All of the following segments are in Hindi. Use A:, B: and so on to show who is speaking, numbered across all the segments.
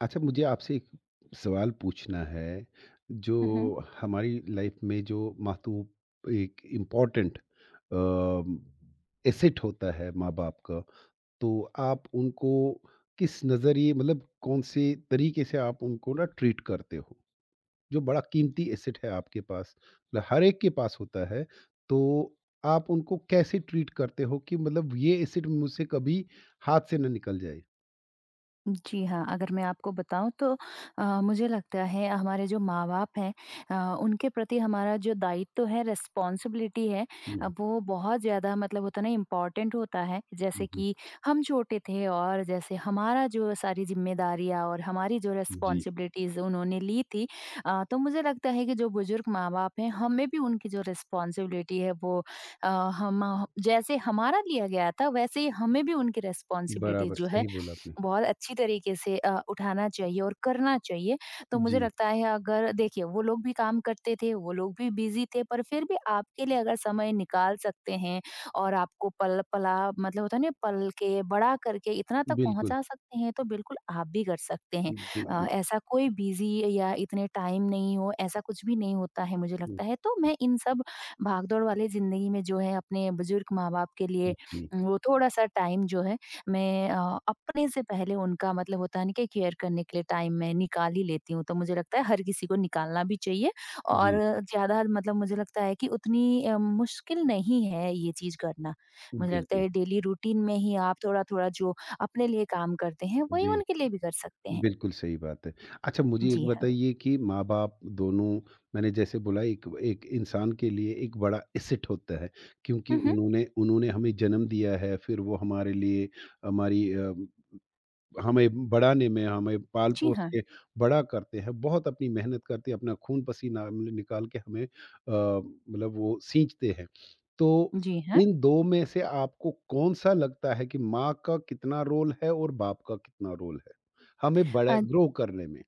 A: अच्छा, मुझे आपसे एक सवाल पूछना है,
B: मम्।
A: जो हमारी लाइफ में जो महत्व एक इम्पोर्टेंट अ, एसेट होता है माँ-बाप का, तो आप उनको किस नज़रिए मतलब कौन से तरीके से आप उनको ना ट्रीट करते हो? जो बड़ा कीमती एसेट है आपके पास, मतलब हर एक के पास होता है, तो आप उनको कैसे ट्रीट करते हो कि मतलब ये एसेट मुझसे कभी हाथ से ना निकल जाए?
B: जी हाँ, अगर मैं आपको बताऊं तो मुझे लगता है हमारे जो माँ बाप हैं, उनके प्रति हमारा जो दायित्व है, रिस्पॉन्सिबिलिटी है,
A: हुँ, हुँ।
B: वो बहुत ज़्यादा, मतलब होता है ना, इम्पोर्टेंट होता है।
A: हुँ,
B: जैसे
A: हुँ।
B: कि हम छोटे थे और जैसे हमारा जो सारी जिम्मेदारियाँ और हमारी जो
A: जी।
B: रिस्पॉन्सिबिलिटीज उन्होंने ली थी, तो मुझे लगता है कि जो बुजुर्ग माँ बाप हैं, हमें भी उनकी जो रिस्पॉन्सिबिलिटी है वो, अ, हम जैसे, हमारा लिया गया था वैसे ही हमें भी उनकी रिस्पॉन्सिबिलिटी
A: बराबर,
B: जो है
A: सही बोला आपने।
B: बहुत अच्छी तरीके से उठाना चाहिए और करना चाहिए। तो मुझे
A: जी,
B: लगता है, अगर देखिए, वो लोग भी काम करते थे, वो लोग भी बिज़ी थे, पर फिर भी आपके लिए अगर समय निकाल सकते हैं और आपको पल पला, मतलब होता है ना, पल के बड़ा करके इतना तक
A: बिल्कुल,
B: पहुँचा सकते हैं, तो बिल्कुल आप भी कर सकते हैं।
A: बिल्कुल।
B: ऐसा कोई बिज़ी या इतने टाइम नहीं हो, ऐसा कुछ भी नहीं होता है मुझे
A: हुँ,
B: लगता है। तो मैं इन सब भागदौड़ वाले ज़िंदगी में जो है, अपने बुज़ुर्ग माँ-बाप के लिए
A: जी,
B: वो थोड़ा-सा टाइम जो है, मैं अपने से पहले उनका, मतलब होता है ना कि, केयर करने के लिए टाइम मैं निकाल ही लेती हूँ। तो मुझे लगता है हर किसी को निकालना भी चाहिए। और
A: जी,
B: ज़्यादा, मतलब मुझे लगता है कि उतनी मुश्किल नहीं है ये चीज़ करना। मुझे लगता
A: बिल्कुल,
B: है डेली रूटीन में ही आप थोड़ा-थोड़ा जो अपने लिए काम करते हैं, वही
A: जी,
B: उनके लिए भी कर सकते हैं।
A: बिल्कुल सही बात है। अच्छा मुझे एक
B: जी हाँ।
A: बताइए कि माँ-बाप दोनों मैंने जैसे बोला एक एक इंसान के लिए एक बड़ा एसेट होता है क्योंकि
B: हुँ, हुँ।
A: उन्होंने उन्होंने हमें जन्म दिया है, फिर वो हमारे लिए हमारी अ हमें बढ़ाने में, हमें
B: जी
A: पाल-पोस
B: हाँ।
A: के बड़ा करते हैं, बहुत अपनी मेहनत करते हैं, अपना खून-पसीना नि निकाल के हमें मतलब वो सींचते हैं। तो
B: जी हाँ।
A: इन 2 में से आपको कौन-सा लगता है कि माँ का कितना रोल है और बाप का कितना रोल है? हमें बड़ा
B: अ,
A: ग्रो करने में?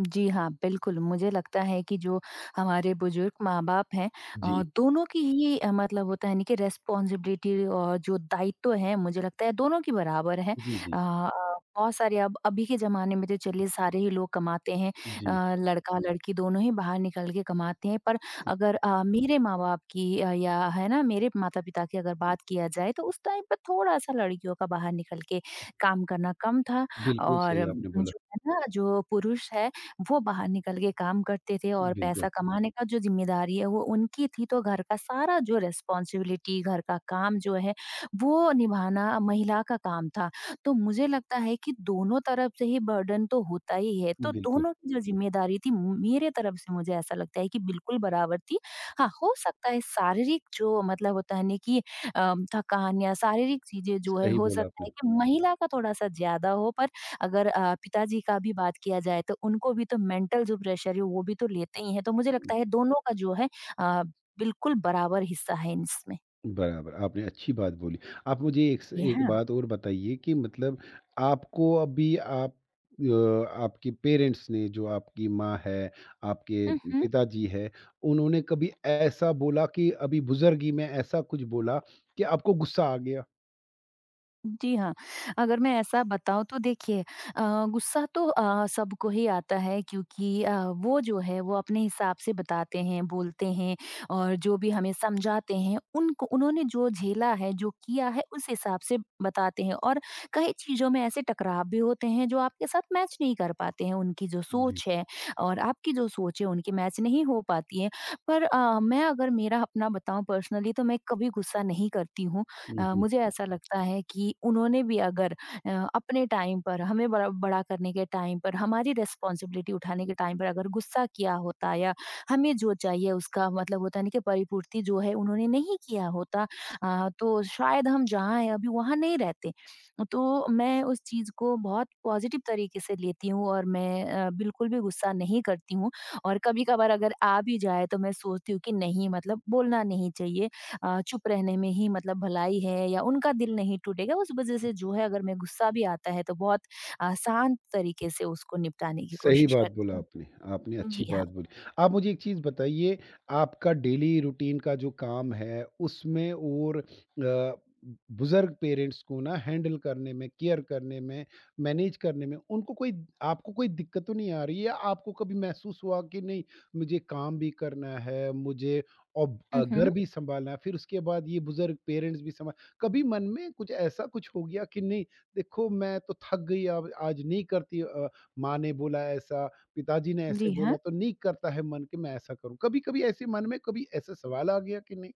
B: जी हाँ, बिल्कुल, मुझे लगता है कि जो हमारे बुजुर्ग माँ-बाप हैं,
A: जी।
B: दोनों की ही, मतलब होता है ना कि, रिस्पॉन्सिबिलिटी और जो दायित्व है, मुझे लगता है दोनों की बराबर है।
A: जी,
B: अ
A: जी।
B: अ, बहुत सारे, अब अभी के ज़माने में तो चलिए सारे ही लोग कमाते हैं,
A: जी।
B: लड़का-लड़की दोनों ही बाहर निकल के कमाते हैं। पर अगर मेरे माँ-बाप की, या है ना, मेरे माता-पिता की अगर बात किया जाए, तो उस टाइम पर थोड़ा-सा लड़कियों का बाहर निकल के काम करना कम था
A: बिल्कुल
B: और
A: सही आपने बोला।
B: जो है ना, जो पुरुष है वो बाहर निकल के काम करते थे, और
A: बिल्कुल,
B: पैसा कमाने का जो जिम्मेदारी है वो उनकी थी, तो घर का सारा जो रिस्पॉन्सिबिलिटी, घर का काम जो है, वो निभाना महिला का काम था। तो मुझे लगता है कि दोनों तरफ से ही बर्डन तो होता ही है, तो
A: बिल्कुल।
B: दोनों की जो जिम्मेदारी थी, मेरे तरफ से मुझे ऐसा लगता है कि बिल्कुल बराबर थी। हाँ, हो सकता है शारीरिक जो, मतलब होता है ना कि, थकान या शारीरिक चीज़ें जो है,
A: सही
B: हो
A: बोला
B: सकता
A: आपने।
B: है कि महिला का थोड़ा-सा ज़्यादा हो, पर अगर पिताजी का भी बात किया जाए, तो उनको भी तो मेंटल जो प्रेशर है वो भी तो लेते ही हैं। तो मुझे लगता है दोनों का जो है, अ, बिल्कुल बराबर हिस्सा है इसमें।
A: बराबर, आपने अच्छी बात बोली। आप मुझे
B: जी
A: एक
B: हाँ।
A: बात और बताइए कि मतलब आपको अभी आप अ, आपके पेरेंट्स ने जो आपकी माँ है, आपके
B: हुँ, हुँ।
A: पिताजी हैं, उन्होंने कभी ऐसा बोला कि अभी बुज़ुर्गी में ऐसा कुछ बोला कि आपको गुस्सा आ गया?
B: जी हाँ, अगर मैं ऐसा बताऊँ तो देखिए, गुस्सा तो सबको ही आता है, क्योंकि वो जो है, वो अपने हिसाब से बताते हैं, बोलते हैं, और जो भी हमें समझाते हैं, उनको उन्होंने जो झेला है, जो किया है उस हिसाब से बताते हैं, और कई चीज़ों में ऐसे टकराव भी होते हैं जो आपके साथ मैच नहीं कर पाते हैं। उनकी जो
A: जी।
B: सोच है और आपकी जो सोच है, उनकी मैच नहीं हो पाती है। पर मैं, अगर मेरा अपना बताऊँ पर्सनली, तो मैं कभी गुस्सा नहीं करती हूँ।
A: हुँ, हुँ।
B: मुझे ऐसा लगता है कि उन्होंने भी अगर अ, अपने टाइम पर हमें बड़ा बड़ा करने के टाइम पर, हमारी रिस्पॉन्सिबिलिटी उठाने के टाइम पर अगर गुस्सा किया होता, या हमें जो चाहिए उसका, मतलब होता नहीं कि परिपूर्ति जो है, उन्होंने नहीं किया होता, तो शायद हम जहाँ हैं अभी, वहाँ नहीं रहते। तो मैं उस चीज़ को बहुत पॉजिटिव तरीके से लेती हूँ और मैं बिल्कुल भी गुस्सा नहीं करती हूँ। और कभी कभार अगर आ भी जाए, तो मैं सोचती हूँ कि नहीं, मतलब बोलना नहीं चाहिए। चुप रहने में ही मतलब भलाई है, या उनका दिल नहीं टूटेगा उस वजह से जो है, अगर मैं, गुस्सा भी आता है तो बहुत शांत तरीके से उसको निपटाने की
A: सही
B: कोशिश
A: बात
B: करती
A: बोला
B: हूँ।
A: आपने, आपने
B: हुँ।
A: अच्छी
B: जी हाँ।
A: बात बोली। आप मुझे एक चीज़ बताइए, आपका डेली रूटीन का जो काम है, उसमें और अ, बुज़ुर्ग पेरेंट्स को ना हैंडल करने में, केयर करने में, मैनेज करने में, उनको कोई आपको कोई दिक्कत तो नहीं आ रही है? आपको कभी महसूस हुआ कि नहीं, मुझे काम भी करना है, मुझे अब
B: हुँ,
A: घर
B: हुँ।
A: भी सँभालना है, फिर उसके बाद ये बुज़ुर्ग पेरेंट्स भी सँभाल कभी मन में कुछ ऐसा कुछ हो गया कि नहीं, देखो मैं तो थक गई अब आज नहीं करती माँ ने बोला ऐसा, पिताजी ने ऐसे
B: जी हाँ।
A: बोला तो नहीं करता है मन कि मैं ऐसा करूँ। कभी-कभी ऐसे मन में कभी ऐसा सवाल आ गया कि नहीं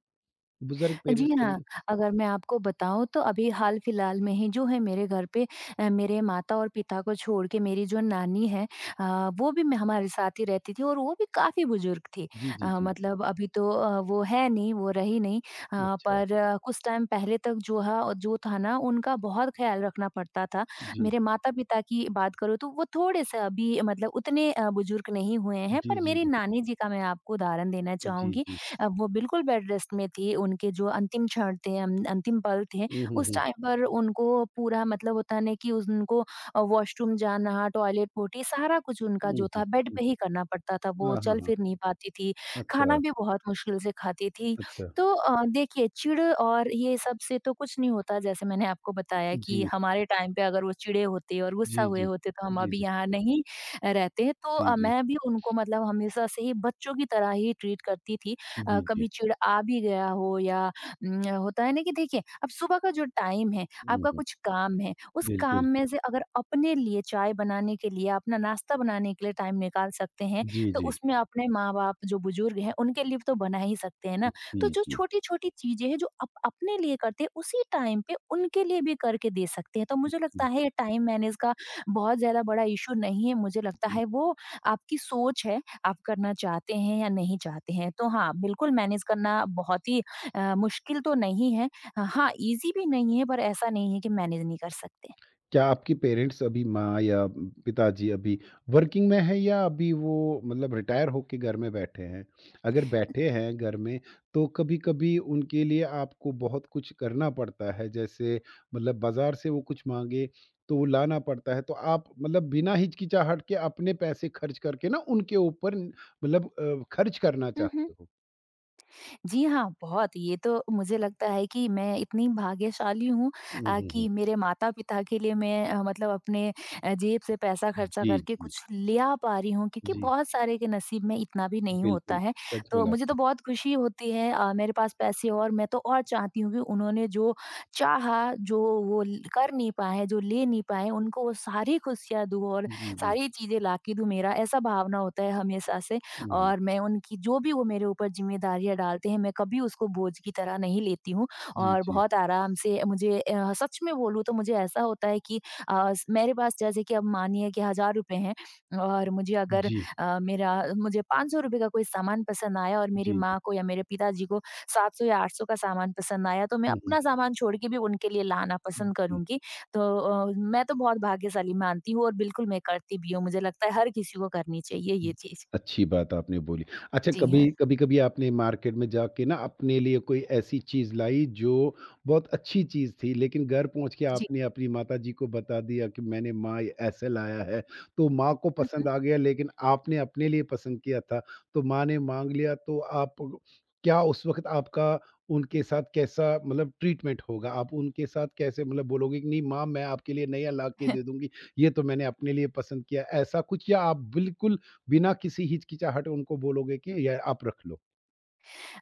A: बुज़ुर्ग
B: जी
A: पेरेंट्स के
B: हाँ,
A: लिए?
B: अगर मैं आपको बताऊँ तो, अभी हाल-फिलहाल में ही जो है, मेरे घर पे मेरे माता और पिता को छोड़ के, मेरी जो नानी है, अ, वो भी मैं हमारे साथ ही रहती थी, और वो भी काफ़ी बुज़ुर्ग थी।
A: जी, जी, जी।
B: मतलब अभी तो वो है नहीं, वो रही नहीं,
A: अच्छा।
B: पर कुछ टाइम पहले तक जो है, जो था ना, उनका बहुत ख़्याल रखना पड़ता था।
A: जी।
B: मेरे माता-पिता की बात करूँ, तो वो थोड़े-से अभी, मतलब उतने बुज़ुर्ग नहीं हुए हैं,
A: जी,
B: पर
A: जी,
B: मेरी
A: जी।
B: नानी जी का मैं आपको उदाहरण देना
A: जी,
B: चाहूँगी।
A: जी।
B: वो बिल्कुल बेड रेस्ट में थे, उनके जो अंतिम क्षण थे, अंतिम पल थे,
A: हुँ, हुँ,
B: उस
A: हुँ।
B: टाइम पर उनको पूरा, मतलब होता नहीं कि उनको वॉशरूम जाना, टॉयलेट पोटी सारा कुछ, उनका
A: हुँ,
B: जो
A: हुँ,
B: था बेड
A: हुँ।
B: पे ही करना पड़ता था। वो
A: हाँ, हाँ,
B: चल
A: हाँ।
B: फिर नहीं पाती थी,
A: अच्छा,
B: खाना भी बहुत मुश्किल से खाती थी।
A: अच्छा।
B: तो देखिए चिढ़ और ये सब से तो कुछ नहीं होता। जैसे मैंने आपको बताया कि
A: जी।
B: हमारे टाइम पे अगर वो चिढ़े होते और
A: जी,
B: गुस्सा हुए
A: जी।
B: होते, तो हम
A: जी,
B: अभी
A: जी।
B: यहाँ नहीं रहते। तो
A: जी, जी।
B: मैं भी उनको, मतलब हमेशा से ही बच्चों की तरह ही ट्रीट करती थी।
A: जी, जी।
B: कभी चिढ़ आ भी गया हो, या होता है ना कि, देखिए अब सुबह का जो टाइम है,
A: हुँ,
B: आपका
A: हुँ।
B: कुछ काम है, उस काम
A: बिल्कुल।
B: में से अगर अपने लिए चाय बनाने के लिए, अपना नाश्ता बनाने के लिए टाइम निकाल सकते हैं,
A: जी,
B: तो
A: जी।
B: उसमें अपने माँ-बाप जो बुजुर्ग हैं, उनके लिए तो बना ही सकते हैं ना।
A: जी,
B: तो जो
A: जी।
B: छोटी-छोटी चीज़ें हैं जो आप अपने लिए करते हैं, उसी टाइम पे उनके लिए भी करके दे सकते हैं। तो मुझे लगता
A: जी,
B: है, ये टाइम मैनेज का बहुत ज़्यादा बड़ा इश्यू नहीं है। मुझे लगता
A: जी।
B: है वो आपकी सोच है, आप करना चाहते हैं या नहीं चाहते हैं। तो हाँ, बिल्कुल, मैनेज करना बहुत ही मुश्किल तो नहीं है। हाँ, ईज़ी भी नहीं है, पर ऐसा नहीं है कि मैनेज नहीं कर सकते।
A: क्या आपके पेरेंट्स अभी माँ या पिताजी अभी वर्किंग में हैं या अभी वो मतलब रिटायर होके घर में बैठे हैं? अगर बैठे हैं घर में तो कभी-कभी उनके लिए आपको बहुत कुछ करना पड़ता है जैसे मतलब बाज़ार से वो कुछ माँगे तो वो लाना पड़ता है। तो आप मतलब बिना हिचकिचाहट के अपने पैसे खर्च करके ना उनके ऊपर मतलब खर्च करना
B: हुँ, हुँ।
A: चाहते हो।
B: जी हाँ, बहुत, ये तो मुझे लगता है कि मैं इतनी भाग्यशाली हूँ,
A: हुँ, हुँ, हुँ।
B: कि मेरे माता-पिता के लिए मैं, मतलब अपने जेब से पैसा खर्चा
A: जी,
B: करके
A: जी,
B: कुछ ले आ पा रही हूँ, क्योंकि
A: जी।
B: बहुत सारे के नसीब में इतना भी नहीं होता
A: बिल्कुल,
B: है।
A: सच
B: तो
A: बोला
B: मुझे
A: आपने।
B: तो बहुत खुशी होती है मेरे पास पैसे, और मैं तो और चाहती हूँ कि उन्होंने जो चाहा, जो वो ल कर नहीं पाए, जो ले नहीं पाए, उनको वो सारी खुशियाँ दूँ और
A: जी, जी।
B: सारी चीज़ें ला के दूँ। मेरा ऐसा भावना होता है हमेशा से।
A: हुँ, हुँ।
B: और मैं उनकी जो भी, वो मेरे ऊपर ज़िम्मेदारियाँ डालते हैं, मैं कभी उसको बोझ की तरह नहीं लेती हूँ,
A: जी,
B: और
A: जी।
B: बहुत आराम से, मुझे सच में बोलूँ तो मुझे ऐसा होता है कि, अ, स मेरे पास, जैसे कि अब मानिए कि 1000 रुपए हैं, और मुझे अगर
A: जी।
B: मेरा, मुझे ₹500 का कोई सामान पसंद आया, और मेरी
A: जी, जी।
B: माँ को या मेरे पिताजी को 700 या 800 का सामान पसंद आया, तो मैं
A: हुँ, हुँ।
B: अपना सामान छोड़ के भी उनके लिए लाना पसंद
A: जी,
B: करूँगी। तो मैं तो बहुत भाग्यशाली मानती हूँ और बिल्कुल मैं करती भी हूँ। मुझे लगता है हर किसी को करनी चाहिए ये चीज़।
A: अच्छी बात आपने बोली। अच्छा
B: जी
A: कभी
B: हाँ।
A: कभी-कभी आपने मार्केट में जाके ना अपने लिए कोई ऐसी चीज़ लाई जो बहुत अच्छी चीज़ थी लेकिन घर पहुँच के
B: जी।
A: आपने अपनी माताजी को बता दिया कि मैंने माँ ये ऐसे लाया है, तो माँ को
B: हुँ, हुँ।
A: पसंद आ गया लेकिन आपने अपने लिए पसंद किया था, तो माँ ने माँग लिया तो आप क्या उस वक़्त आपका उनके साथ कैसा मतलब ट्रीटमेंट होगा? आप उनके साथ कैसे मतलब बोलोगे कि नहीं माँ मैं आपके लिए नया ला के दे दूँगी, ये तो मैंने अपने लिए पसंद किया, ऐसा कुछ या आप बिल्कुल बिना किसी हिचकिचाहट उनको बोलोगे कि ये आप रख लो।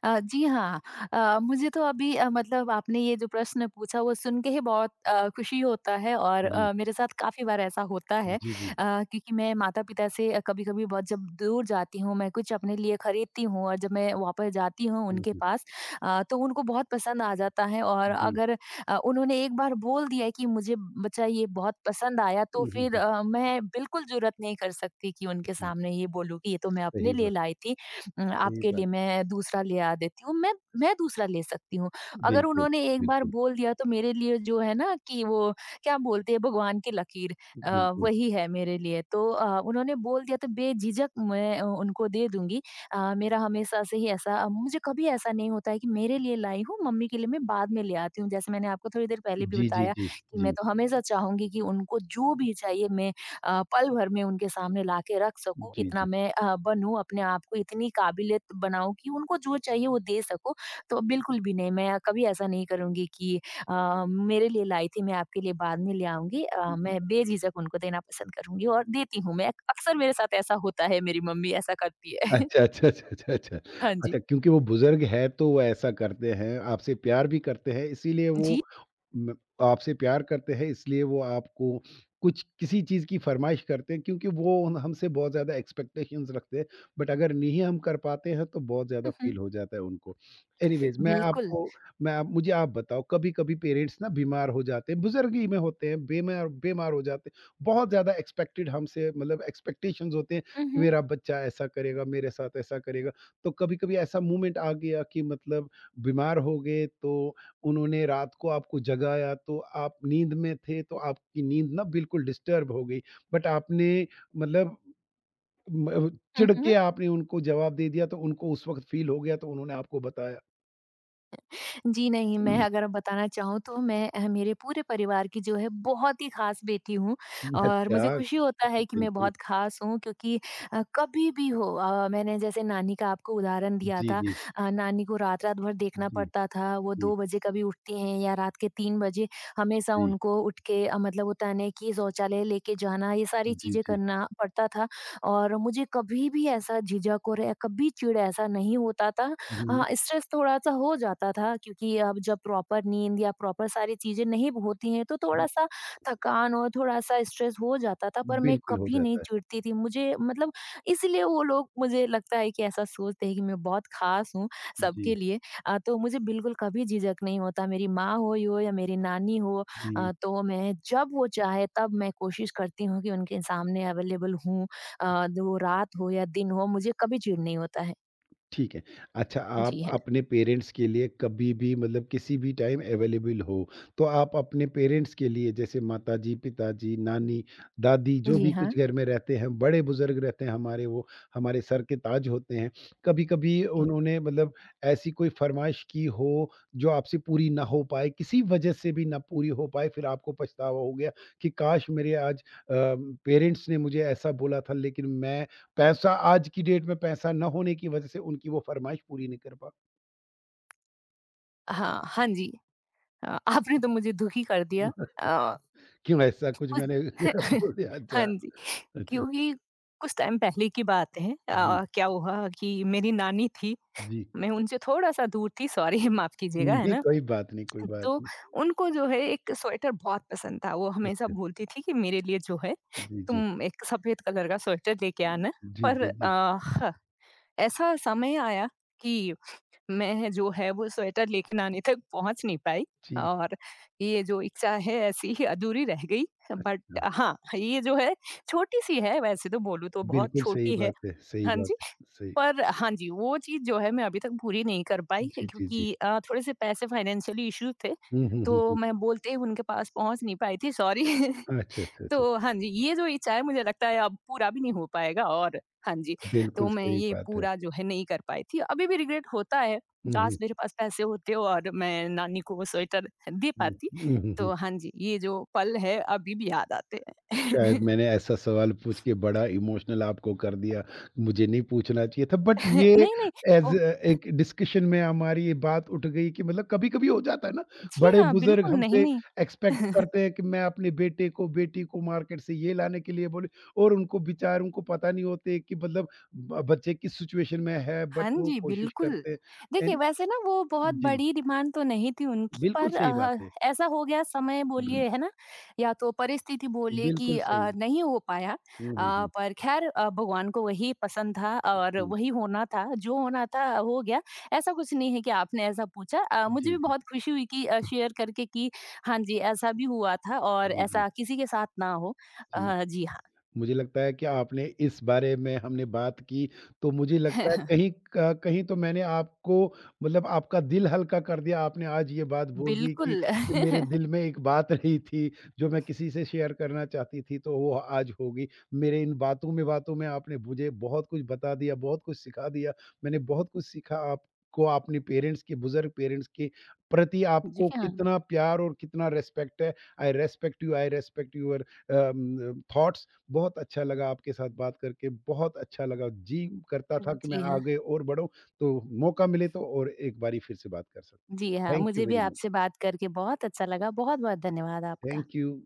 B: जी हाँ। मुझे तो अभी, मतलब आपने ये जो प्रश्न पूछा, वो सुन के ही बहुत खुशी होता है, और
A: जी,
B: मेरे साथ काफ़ी बार ऐसा होता है।
A: जी, जी।
B: क्योंकि मैं माता-पिता से कभी-कभी बहुत जब दूर जाती हूँ, मैं कुछ अपने लिए खरीदती हूँ, और जब मैं वापस जाती हूँ
A: हुँ,
B: उनके
A: हुँ।
B: पास, तो उनको बहुत पसंद आ जाता है। और
A: जी।
B: अगर उन्होंने एक बार बोल दिया है कि, मुझे बच्चा ये बहुत पसंद आया, तो
A: हुँ, हुँ,
B: फिर
A: हुँ,
B: मैं बिल्कुल जुर्अत नहीं कर सकती कि उनके
A: हुँ।
B: सामने ये बोलूँ कि ये तो मैं अपने
A: सही
B: लिए
A: बात।
B: लाई थी,
A: सही
B: आपके
A: बात।
B: लिए मैं दूसरा ले आ देती हूँ, मैं दूसरा ले सकती हूँ। अगर
A: बिल्कुल,
B: उन्होंने एक बार
A: बिल्कुल,
B: बोल दिया, तो मेरे लिए जो है ना कि वो, क्या बोलते हैं, भगवान की लकीर अ,
A: बिल्कुल।
B: वही है मेरे लिए। तो उन्होंने बोल दिया तो बेझिझक मैं उनको दे दूँगी। मेरा हमेशा से ही ऐसा, मुझे कभी ऐसा नहीं होता है कि मेरे लिए लाई हूँ, मम्मी के लिए मैं बाद में ले आती हूँ। जैसे मैंने आपको थोड़ी देर पहले भी
A: जी, जी,
B: बताया
A: जी,
B: कि
A: जी,
B: मैं तो हमेशा चाहूँगी कि उनको जो भी चाहिए, मैं पल भर में उनके सामने लाके रख सकूँ,
A: जी,
B: इतना
A: जी।
B: मैं बनूँ, अपने आप को इतनी काबिलियत बनाऊँ कि उनको जो चाहिए वो दे सकूँ। तो बिल्कुल भी नहीं, मैं कभी ऐसा नहीं करूँगी कि मेरे लिए लाई थी, मैं आपके लिए बाद में ले आऊँगी। मैं बेझिझक उनको देना पसंद करूँगी और देती हूँ मैं। अक्सर मेरे साथ ऐसा होता है, मेरी मम्मी ऐसा करती है।
A: अच्छा, अच्छा, अच्छा, अच्छा, अच्छा।
B: हाँ जी।
A: अच्छा, क्योंकि वो बुज़ुर्ग है तो वो ऐसा करते हैं, आपसे प्यार भी करते हैं इसीलिए
B: जी।
A: वो म आपसे प्यार करते हैं इसलिए वो आपको कुछ किसी चीज़ की फ़रमाइश करते हैं क्योंकि वो उन हमसे बहुत ज़्यादा एक्सपेक्टेशंस रखते हैं, बट अगर नहीं हम कर पाते हैं तो बहुत ज़्यादा
B: हुँ, हुँ।
A: फ़ील हो जाता है उनको। एनीवेज़ मैं
B: बिल्कुल।
A: आपको मैं आप मुझे आप बताओ कभी-कभी पेरेंट्स ना बीमार हो जाते हैं, बुज़ुर्ग ही में होते हैं, बीमार बीमार हो जाते हैं। बहुत ज़्यादा एक्सपेक्टेड हमसे मतलब एक्सपेक्टेशंस होते हैं
B: हुँ,
A: कि
B: हुँ।
A: मेरा बच्चा ऐसा करेगा, मेरे साथ ऐसा करेगा। तो कभी-कभी ऐसा मोमेंट आ गया कि मतलब बीमार हो गए तो उन्होंने रात को आपको जगाया तो आप नींद में थे तो आपकी नींद ना बिल्कुल डिस्टर्ब हो गई। बट आपने मतलब म
B: हुँ,
A: चिढ़
B: हुँ।
A: के आपने उनको जवाब दे दिया तो उनको उस वक़्त फ़ील हो गया तो उन्होंने आपको बताया।
B: जी नहीं, मैं अगर बताना चाहूँ तो मेरे पूरे परिवार की जो है बहुत ही ख़ास बेटी हूँ और मुझे
A: अच्छा,
B: खुशी होता है कि मैं
A: बिल्कुल।
B: बहुत ख़ास हूँ क्योंकि कभी भी हो, मैंने जैसे नानी का आपको उदाहरण दिया
A: जी,
B: था।
A: जी।
B: नानी को रात-रात भर देखना
A: जी,
B: पड़ता था, वो
A: जी,
B: 2 बजे कभी उठती हैं या रात के 3 बजे हमेशा
A: जी।
B: उनको उठ के मतलब होता है ना कि शौचालय लेके जाना, ये सारी
A: जी,
B: चीज़ें
A: जी।
B: करना पड़ता था। और मुझे कभी भी ऐसा झिझक और या कभी चिढ़ ऐसा नहीं होता था।
A: हुँ,
B: हाँ, स्ट्रेस थोड़ा-सा हो जाता था क्योंकि अब जब प्रॉपर नींद या प्रॉपर सारी चीज़ें नहीं होती हैं, तो
A: जी।
B: थोड़ा-सा थकान और थोड़ा-सा स्ट्रेस हो जाता था, पर मैं
A: बिल्कुल हो
B: कभी नहीं
A: जाता है।
B: चिढ़ती थी। मुझे मतलब इसलिए वो लोग मुझे लगता है कि ऐसा सोचते हैं कि मैं बहुत ख़ास हूँ
A: जी,
B: सबके लिए। तो मुझे बिल्कुल कभी झिझक नहीं होता, मेरी माँ हुई हो यो या मेरी नानी हो।
A: जी।
B: तो मैं जब वो चाहे तब मैं कोशिश करती हूँ कि उनके सामने अवेलेबल हूँ। वो रात हो या दिन हो, मुझे कभी चिढ़ नहीं होता है।
A: ठीक है। अच्छा आप
B: जी हाँ।
A: अपने पेरेंट्स के लिए कभी भी मतलब किसी भी टाइम अवेलेबल हो, तो आप अपने पेरेंट्स के लिए जैसे माताजी, पिताजी, नानी, दादी जो
B: जी
A: भी
B: हाँ।
A: कुछ घर में रहते हैं, बड़े बुज़ुर्ग रहते हैं हमारे वो हमारे सर के ताज होते हैं। कभी-कभी
B: ए,
A: उन्होंने मतलब ऐसी कोई फ़रमाइश की हो जो आपसे पूरी ना हो पाए, किसी वजह से भी ना पूरी हो पाए, फिर आपको पछतावा हो गया कि काश मेरे आज अ, पेरेंट्स ने मुझे ऐसा बोला था लेकिन मैं पैसा आज की डेट में पैसा ना होने की वज़ह से उनकी वो फ़रमाइश पूरी नहीं कर पा
B: हाँ, हाँ जी। आपने तो मुझे दुखी कर दिया। अ,
A: क्यों ऐसा कुछ
B: कुछ
A: मैंने बोल दिया
B: हाँ
A: अच्छा,
B: जी,
A: अच्छा।
B: क्योंकि कुछ टाइम पहले की बात है।
A: जी,
B: क्या हुआ कि मेरी नानी थी,
A: जी।
B: मैं उनसे थोड़ा-सा दूर थी, सॉरी माफ़ कीजिएगा, है
A: नहीं,
B: ना?
A: कोई बात नहीं, कोई बात
B: तो
A: नहीं।
B: उनको जो है एक स्वेटर बहुत पसंद था, वो हमेशा
A: अच्छा।
B: बोलती थी कि मेरे लिए जो है
A: जी, जी।
B: तुम एक सफ़ेद कलर का स्वेटर लेके आना।
A: जी,
B: पर
A: जी,
B: अ,
A: जी।
B: ह ऐसा समय आया कि मैं जो है वो स्वेटर लेके नानी तक पहुँच नहीं पाई
A: जी,
B: और ये जो इच्छा है ऐसी ही अधूरी रह गई। बट
A: हाँ।
B: हाँ, ये जो है छोटी-सी है वैसे तो बोलूँ तो बहुत
A: बिल्कुल सही
B: छोटी है।
A: बात है, सही
B: हाँ
A: बात
B: जी।
A: है, सही।
B: पर हाँ जी, वो चीज़ जो है मैं अभी तक पूरी नहीं कर पाई
A: जी, जी, जी।
B: क्योंकि थोड़े से पैसे फाइनेंशियली इश्यूज़ थे।
A: हुँ, हुँ, हुँ,
B: तो
A: हुँ।
B: मैं बोलते ही उनके पास पहुँच नहीं पाई थी सॉरी।
A: अच्छा, अच्छा, अच्छा।
B: तो हाँ जी, ये जो इच्छा है मुझे लगता है अब पूरा भी नहीं हो पाएगा और हाँ जी, तो
A: बिल्कुल
B: मैं
A: सही
B: ये
A: बात है।
B: पूरा जो है नहीं कर पाई थी। अभी भी रिग्रेट होता है,
A: हुँ,
B: काश
A: हुँ,
B: मेरे पास पैसे होते और मैं नानी को वो स्वेटर दे
A: हुँ।
B: पाती।
A: हुँ, हुँ,
B: तो
A: हुँ।
B: हाँ जी, ये जो पल है अभी भी याद आते
A: शायद
B: हैं।
A: मैंने ऐसा सवाल पूछ के बड़ा इमोशनल आपको कर दिया। मुझे नहीं पूछना चाहिए था बट ये
B: नहीं, नहीं,
A: एज़
B: वो
A: अ, एक डिस्कशन में हमारी ये बात उठ गई कि मतलब कभी-कभी हो जाता है ना,
B: जी हाँ,
A: बड़े-बुज़ुर्ग
B: बिल्कुल नहीं,
A: हमसे
B: नहीं।
A: एक्सपेक्ट करते हैं कि मैं अपने बेटे को, बेटी को मार्केट से ये लाने के लिए बोले और उनको बेचारों को पता नहीं होते कि मतलब ब बच्चे किस सिचुएशन में है बट
B: हाँ
A: वो
B: जी,
A: कोशिश
B: बिल्कुल।
A: करते हैं
B: देखिए,
A: एंड
B: वैसे ना वो बहुत
A: जी,
B: बड़ी डिमांड तो नहीं थी उनकी
A: बिल्कुल
B: पर
A: सही
B: अ,
A: बात है।
B: ऐसा हो गया समय बोलिए, है ना? या तो परिस्थिति बोलिए कि
A: बिल्कुल सही।
B: नहीं हो पाया।
A: हुँ, हुँ, हुँ।
B: पर ख़ैर, भगवान को वही पसंद था और
A: जी,
B: वही होना था, जो होना था हो गया। ऐसा कुछ नहीं है कि आपने ऐसा पूछा। मुझे
A: जी,
B: भी
A: जी।
B: बहुत खुशी हुई कि शेयर करके कि हाँ जी, ऐसा भी हुआ था और
A: जी, जी,
B: ऐसा किसी के साथ ना हो।
A: जी।
B: जी हाँ।
A: मुझे लगता है कि आपने इस बारे में हमने बात की, तो मुझे लगता है कहीं क कहीं तो मैंने आपको मतलब आपका दिल हल्का कर दिया। आपने आज ये बात बोल दी कि
B: बिल्कुल।
A: कि मेरे दिल में एक बात रही थी, जो मैं किसी से शेयर करना चाहती थी, तो वो आज होगी। मेरे इन बातों में आपने मुझे बहुत कुछ बता दिया, बहुत कुछ सिखा दिया। मैंने बहुत कुछ सीखा आपको अपने पेरेंट्स के बुज़ुर्ग पेरेंट्स के प्रति
B: जी
A: आपको
B: हाँ।
A: कितना प्यार और कितना रिस्पेक्ट है। I respect you, I respect your thoughts. बहुत अच्छा लगा आपके साथ बात करके, बहुत अच्छा लगा। जी करता था कि मैं
B: जी हाँ।
A: आगे और बढ़ूँ, तो मौका मिले तो और एक बारी फिर से बात कर सकते
B: जी
A: हैं।
B: हाँ,
A: थैंक यू
B: मुझे भी
A: वेरी मच।
B: आपसे बात करके बहुत अच्छा लगा। बहुत-बहुत धन्यवाद आपका।
A: Thank you.